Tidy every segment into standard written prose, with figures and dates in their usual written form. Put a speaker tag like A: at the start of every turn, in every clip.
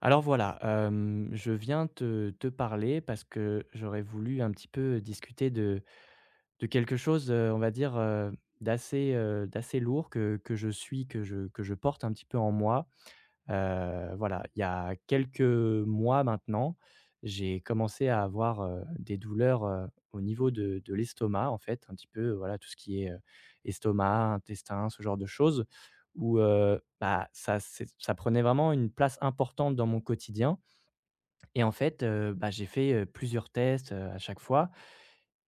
A: Alors voilà, je viens te parler parce que j'aurais voulu un petit peu discuter de quelque chose, on va dire, d'assez lourd que je suis, que je porte un petit peu en moi. Voilà, il y a quelques mois maintenant, j'ai commencé à avoir, des douleurs, au niveau de l'estomac en fait, un petit peu, voilà, tout ce qui est, estomac, intestin, ce genre de choses où, bah, ça prenait vraiment une place importante dans mon quotidien et en fait, bah, j'ai fait, plusieurs tests, à chaque fois.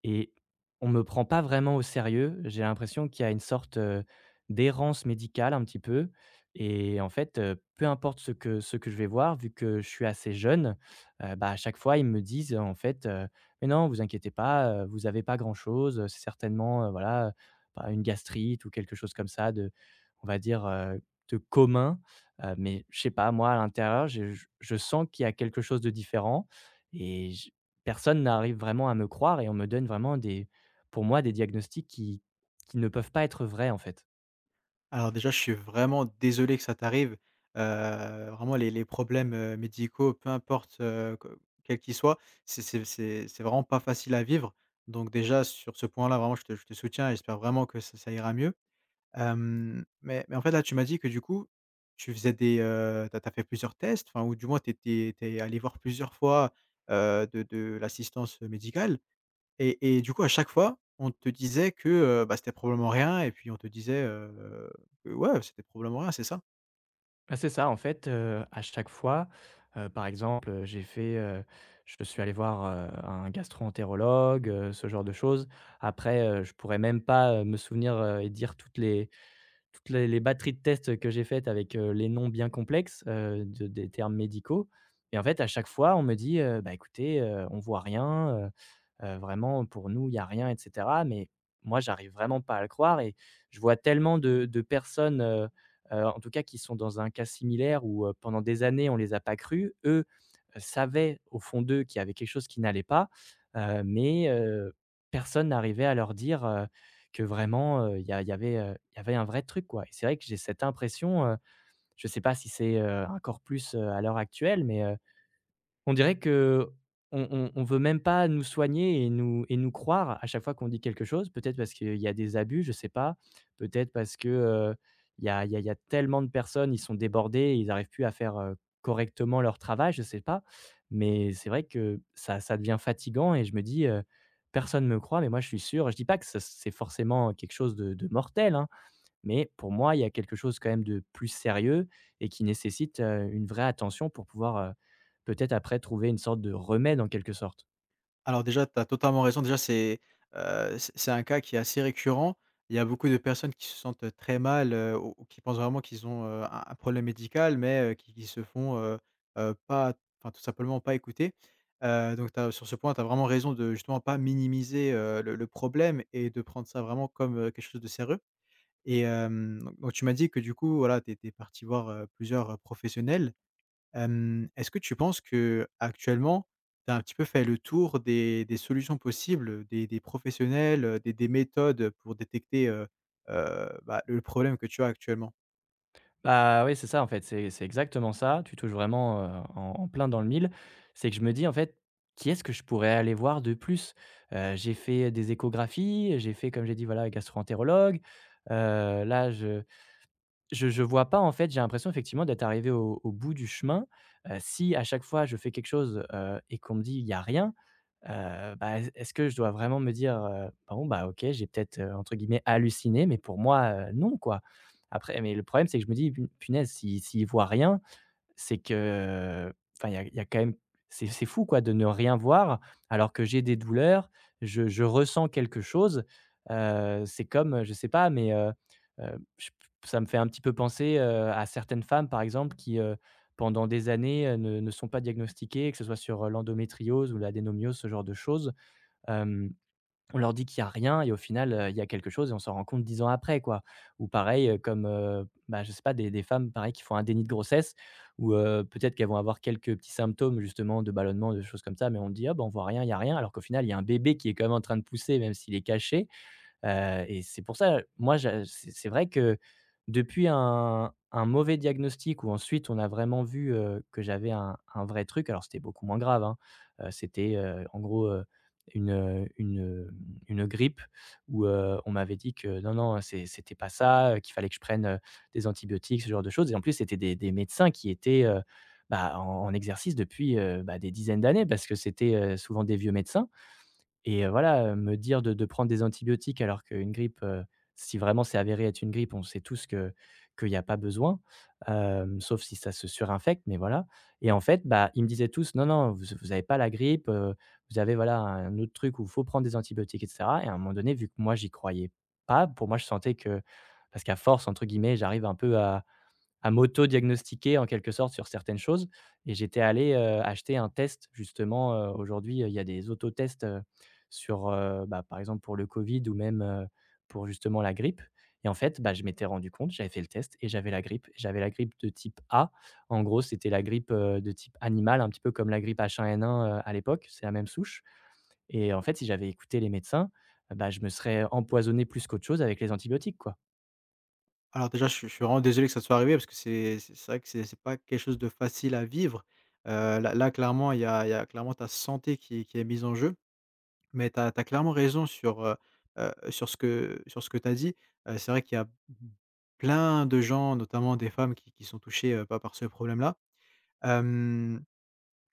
A: Et on me prend pas vraiment au sérieux. J'ai l'impression qu'il y a une sorte, d'errance médicale un petit peu et en fait, peu importe ce que je vais voir, vu que je suis assez jeune, bah, à chaque fois, ils me disent, en fait, «Mais non, vous inquiétez pas, vous avez pas grand-chose, c'est certainement, voilà, bah, une gastrite ou quelque chose comme ça de on va dire, de commun». Mais je sais pas, moi, à l'intérieur, je sens qu'il y a quelque chose de différent et personne n'arrive vraiment à me croire et on me donne vraiment des pour moi, des diagnostics qui ne peuvent pas être vrais, en fait.
B: Alors déjà, je suis vraiment désolé que ça t'arrive. Vraiment, les problèmes, médicaux, peu importe, que quels qu'ils soient, c'est vraiment pas facile à vivre. Donc déjà, sur ce point-là, vraiment, je te soutiens et j'espère vraiment que ça ira mieux. Hem, mais en fait, là, tu m'as dit que du coup, tu as fait plusieurs tests, enfin, ou du moins tu étais allé voir plusieurs fois, de l'assistance médicale. Et du coup, à chaque fois, on te disait que, bah, c'était probablement rien et puis on te disait, que ouais, c'était probablement rien, c'est ça?
A: Bah, c'est ça, en fait, à chaque fois, par exemple, je suis allé voir, un gastro-entérologue, ce genre de choses. Après, je pourrais même pas, me souvenir, et dire toutes les batteries de tests que j'ai faites avec, les noms bien complexes, de des termes médicaux et en fait, à chaque fois, on me dit, «Bah, écoutez, on voit rien, vraiment pour nous, il y a rien» et cetera. Mais moi, j'arrive vraiment pas à le croire et je vois tellement de personnes, en tout cas, qui sont dans un cas similaire où, pendant des années, on les a pas crues. Eux, savaient au fond d'eux qu'il y avait quelque chose qui n'allait pas, mais personne n'arrivait à leur dire, que vraiment, il y avait un vrai truc, quoi. Et c'est vrai que j'ai cette impression, je sais pas si c'est, encore plus, à l'heure actuelle, mais on dirait que on veut même pas nous soigner et nous croire à chaque fois qu'on dit quelque chose. Peut-être parce qu'il y a des abus, je sais pas. Peut-être parce que, il y a il y a il y a tellement de personnes, ils sont débordés, ils n'arrivent plus à faire, correctement leur travail, je sais pas. Mais c'est vrai que ça devient fatigant et je me dis, «Personne me croit, mais moi je suis sûr». Je dis pas que ça c'est forcément quelque chose de mortel, hein. Mais pour moi, il y a quelque chose quand même de plus sérieux et qui nécessite, une vraie attention pour pouvoir, peut-être après trouver une sorte de remède en quelque sorte.
B: Alors déjà, tu as totalement raison. Déjà, c'est, c'est un cas qui est assez récurrent. Il y a beaucoup de personnes qui se sentent très mal, ou qui pensent vraiment qu'ils ont, un problème médical, mais qui se font, pas, enfin, tout simplement pas écouter. Donc t'as, sur ce point, tu as vraiment raison de justement pas minimiser, le problème et de prendre ça vraiment comme, quelque chose de sérieux. Et hem, donc tu m'as dit que du coup, voilà, tu étais partie voir, plusieurs, professionnels. Est-ce que tu penses qu'actuellement, tu as un petit peu fait le tour des solutions possibles, des professionnels, des méthodes pour détecter, bah, le problème que tu as actuellement?
A: Bah, oui, c'est ça en fait, c'est exactement ça. Tu touches vraiment, en plein dans le mille. C'est que je me dis en fait: «Qui est-ce que je pourrais aller voir de plus?» J'ai fait des échographies, j'ai fait, comme j'ai dit, voilà, gastro-entérologue. Là je vois pas en fait, j'ai l'impression effectivement d'être arrivé au bout du chemin. Si à chaque fois je fais quelque chose, et qu'on me dit: «Il y a rien», bah, est-ce que je dois vraiment me dire, «Bon, bah, OK, j'ai peut-être, entre guillemets «halluciné», mais pour moi, non, quoi». Après mais le problème, c'est que je me dis: «Pu punaise, si s'il voit rien, c'est que, enfin, il y a quand même c'est fou quoi de ne rien voir alors que j'ai des douleurs, je ressens quelque chose. C'est comme, je sais pas, mais je ça me fait un petit peu penser, à certaines femmes, par exemple, qui, pendant des années, ne sont pas diagnostiquées, que ce soit sur, l'endométriose ou l'adénomiose, ce genre de choses on leur dit qu'il y a rien et au final, il y a quelque chose et on s'en rend compte 10 ans après, quoi. Ou pareil, comme, bah, je sais pas des femmes pareil qui font un déni de grossesse ou, peut-être qu'elles vont avoir quelques petits symptômes justement de ballonnement, de choses comme ça, mais on dit: «Ah bah, on voit rien, il y a rien», alors qu'au final, il y a un bébé qui est quand même en train de pousser même s'il est caché. Et c'est pour ça, moi, je c'est vrai que depuis un mauvais diagnostic où ensuite on a vraiment vu, que j'avais un vrai truc, alors c'était beaucoup moins grave, hein. C'était, en gros, une, heu, une, heu, une grippe où, on m'avait dit que non, non, c'était pas ça, qu'il fallait que je prenne, des antibiotiques, ce genre de choses et en plus, c'était des médecins qui étaient, bah, en exercice depuis, bah, des dizaines d'années parce que c'était, souvent des vieux médecins et voilà, me dire de prendre des antibiotiques alors qu'une grippe, si vraiment c'est avéré être une grippe, on sait tous que qu'il y a pas besoin, sauf si ça se surinfecte, mais voilà. Et en fait, bah, ils me disaient tous: «Non, non, vous avez pas la grippe, vous avez voilà un autre truc où il faut prendre des antibiotiques et cetera» et à un moment donné, vu que moi j'y croyais pas, pour moi je sentais que parce qu'à force entre guillemets, j'arrive un peu à m'auto-diagnostiquer en quelque sorte sur certaines choses et j'étais allé, acheter un test justement, aujourd'hui, il y a des autotests, bah, par exemple pour le covid ou même, pour justement la grippe et en fait, bah, je m'étais rendu compte, j'avais fait le test et j'avais la grippe. J'avais la grippe de type A. En gros, c'était la grippe, de type animal un petit peu comme la grippe H1N1, à l'époque, c'est la même souche et en fait, si j'avais écouté les médecins, bah, je me serais empoisonné plus qu'autre chose avec les antibiotiques, quoi.
B: Alors déjà, je suis vraiment désolé que ça te soit arrivé parce que c'est c'est vrai que c'est pas quelque chose de facile à vivre. Là, clairement, il y a clairement ta santé qui est mise en jeu. Mais tu as clairement raison sur, sur ce que tu as dit. C'est vrai qu'il y a plein de gens, notamment des femmes qui sont touchées, bah, par ce problème-là. Hem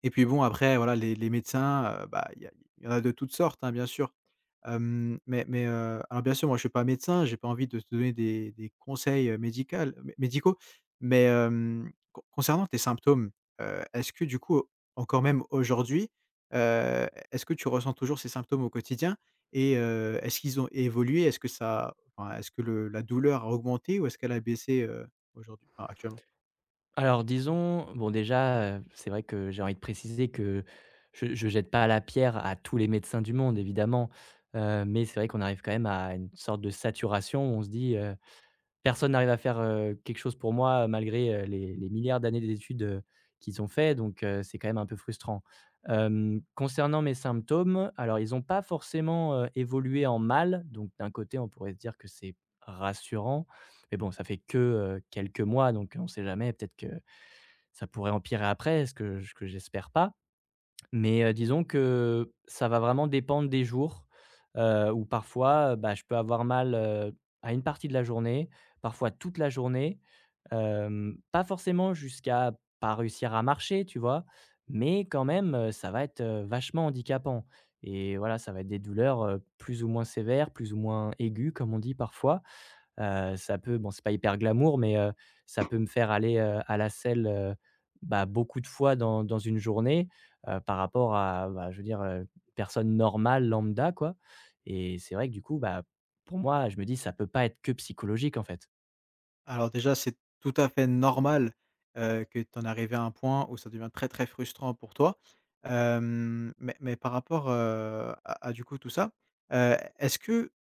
B: Et puis bon, après, voilà, les médecins, bah, il y en a de toutes sortes, hein, bien sûr. Hem, mais, alors bien sûr moi je suis pas médecin, j'ai pas envie de te donner des conseils, médical mé médicaux. Mais, concernant tes symptômes, est-ce que du coup, encore même aujourd'hui, heu, est-ce que tu ressens toujours ces symptômes au quotidien? Et est-ce qu'ils ont évolué? Est-ce que ça enfin est-ce que le la douleur a augmenté ou est-ce qu'elle a baissé, aujourd'hui? Enfin, actuellement?
A: Alors disons, bon déjà, c'est vrai que j'ai envie de préciser que je jette pas la pierre à tous les médecins du monde évidemment, mais c'est vrai qu'on arrive quand même à une sorte de saturation où on se dit, «Personne n'arrive à faire, quelque chose pour moi malgré, les milliards d'années d'études, qu'ils ont fait» donc c'est quand même un peu frustrant. Concernant mes symptômes, alors ils n'ont pas forcément, évolué en mal, donc d'un côté on pourrait se dire que c'est rassurant, mais bon ça fait que, quelques mois donc on ne sait jamais peut-être que ça pourrait empirer après, ce que j'espère pas, mais disons que ça va vraiment dépendre des jours, où parfois, bah, je peux avoir mal, à une partie de la journée, parfois toute la journée, pas forcément jusqu'à pas réussir à marcher, tu vois? Mais quand même, ça va être, vachement handicapant et voilà, ça va être des douleurs, plus ou moins sévères, plus ou moins aiguës, comme on dit parfois. Ça peut bon, c'est pas hyper glamour, mais ça peut me faire aller, à la selle, bah, beaucoup de fois dans une journée, par rapport à, bah, je veux dire, personne normale lambda, quoi. Et c'est vrai que du coup, bah, pour moi, je me dis: «Ça peut pas être que psychologique, en fait».
B: Alors déjà, c'est tout à fait normal, que tu en arrives à un point où ça devient très, très frustrant pour toi. Hem, mais par rapport, à du coup tout ça, est-ce que,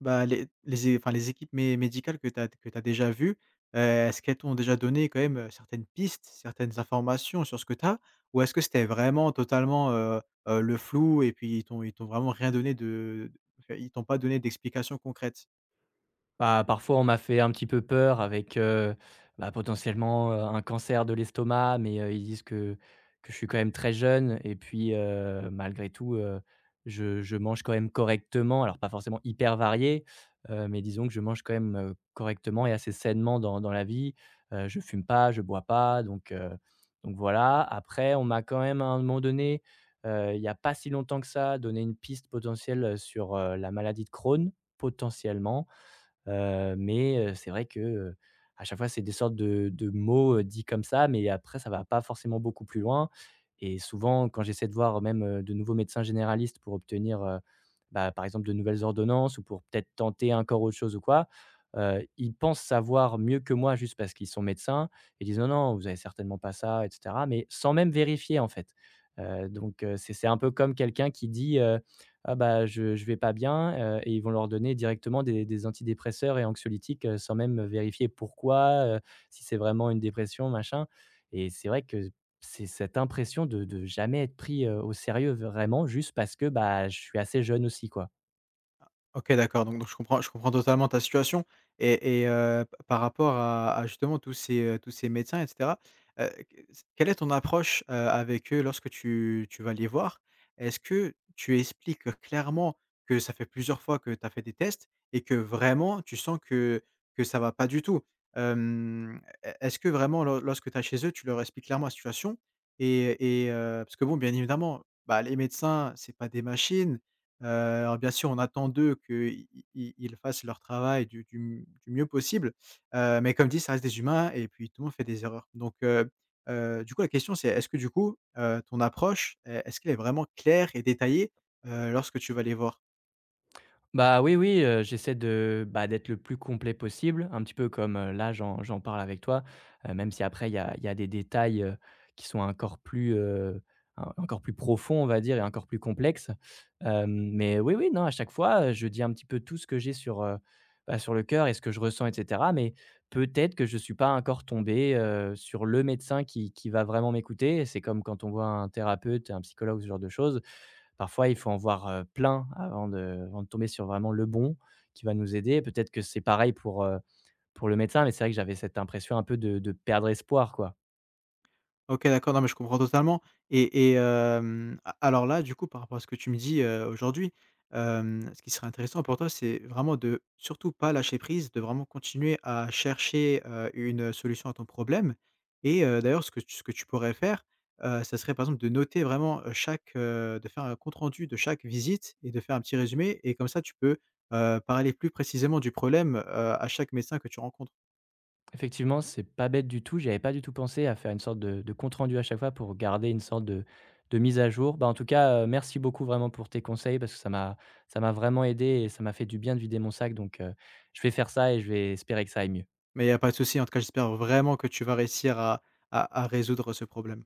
B: bah, les é enfin les équipes mé médicales que tu as déjà vues, est-ce qu'elles t'ont déjà donné quand même, certaines pistes, certaines informations sur ce que tu as? Ou est-ce que c'était vraiment totalement, le flou et puis ils t'ont vraiment rien donné de, enfin, ils t'ont pas donné d'explications concrètes?
A: Bah, parfois, on m'a fait un petit peu peur avec, bah, potentiellement, un cancer de l'estomac, mais, ils disent que je suis quand même très jeune et puis, malgré tout, je mange quand même correctement. Alors pas forcément hyper varié, mais disons que je mange quand même, correctement et assez sainement dans la vie. Je fume pas, je bois pas, donc voilà. Après, on m'a quand même à un moment donné, il y a pas si longtemps que ça, donné une piste potentielle, sur, la maladie de Crohn, potentiellement. Mais c'est vrai que, à chaque fois, c'est des sortes de mots, dits comme ça, mais après ça va pas forcément beaucoup plus loin et souvent quand j'essaie de voir même, de nouveaux médecins généralistes pour obtenir, bah, par exemple de nouvelles ordonnances ou pour peut-être tenter encore autre chose ou quoi, ils pensent savoir mieux que moi juste parce qu'ils sont médecins et disent: «Non, non, vous avez certainement pas ça» et cetera, mais sans même vérifier en fait. Donc c'est un peu comme quelqu'un qui dit, «Ah bah, je vais pas bien», et ils vont leur donner directement des antidépresseurs et anxiolytiques, sans même vérifier pourquoi, si c'est vraiment une dépression, machin. Et c'est vrai que c'est cette impression de jamais être pris, au sérieux vraiment juste parce que, bah, je suis assez jeune aussi, quoi.
B: OK, d'accord, donc je comprends totalement ta situation et p par rapport à justement tous ces médecins et cetera, quelle est ton approche, avec eux lorsque tu vas les voir? Est-ce que tu expliques clairement que ça fait plusieurs fois que tu as fait des tests et que vraiment tu sens que ça va pas du tout? Est-ce que vraiment lo lorsque tu es chez eux, tu leur expliques clairement la situation et, parce que bon, bien évidemment, bah, les médecins, c'est pas des machines. Alors bien sûr, on attend d'eux qu'ils fassent leur travail du m du mieux possible, mais comme dit, ça reste des humains et puis tout le monde fait des erreurs. Du coup, la question, c'est est-ce que du coup, ton approche, e est-ce qu'elle est vraiment claire et détaillée, lorsque tu vas les voir?
A: Bah, oui, oui, j'essaie de, bah, d'être le plus complet possible, un petit peu comme, là j'en parle avec toi, même si après il y a des détails, qui sont encore plus, en encore plus profonds, on va dire et encore plus complexes. Mais oui, oui, non, à chaque fois, je dis un petit peu tout ce que j'ai sur le cœur et ce que je ressens et cetera, mais peut-être que je suis pas encore tombé, sur le médecin qui va vraiment m'écouter. C'est comme quand on voit un thérapeute, un psychologue, ce genre de choses. Parfois, il faut en voir, plein avant de tomber sur vraiment le bon qui va nous aider. Peut-être que c'est pareil pour le médecin, mais c'est vrai que j'avais cette impression un peu de perdre espoir, quoi.
B: OK, d'accord, non, mais je comprends totalement. Et et hem, a alors là, du coup, par rapport à ce que tu me dis, aujourd'hui, ce qui serait intéressant pour toi, c'est vraiment de surtout pas lâcher prise, de vraiment continuer à chercher, une solution à ton problème. Et d'ailleurs, ce que tu pourrais faire, ça serait, par exemple, de noter vraiment, de faire un compte rendu de chaque visite et de faire un petit résumé, et comme ça, tu peux, parler plus précisément du problème, à chaque médecin que tu rencontres.
A: Effectivement, c'est pas bête du tout. J'avais pas du tout pensé à faire une sorte de compte rendu à chaque fois pour garder une sorte de mise à jour. Bah, en tout cas, merci beaucoup vraiment pour tes conseils parce que ça m'a vraiment aidé et ça m'a fait du bien de vider mon sac donc, je vais faire ça et je vais espérer que ça aille mieux.
B: Mais il n'y a pas de souci. En tout cas, j'espère vraiment que tu vas réussir à résoudre ce problème.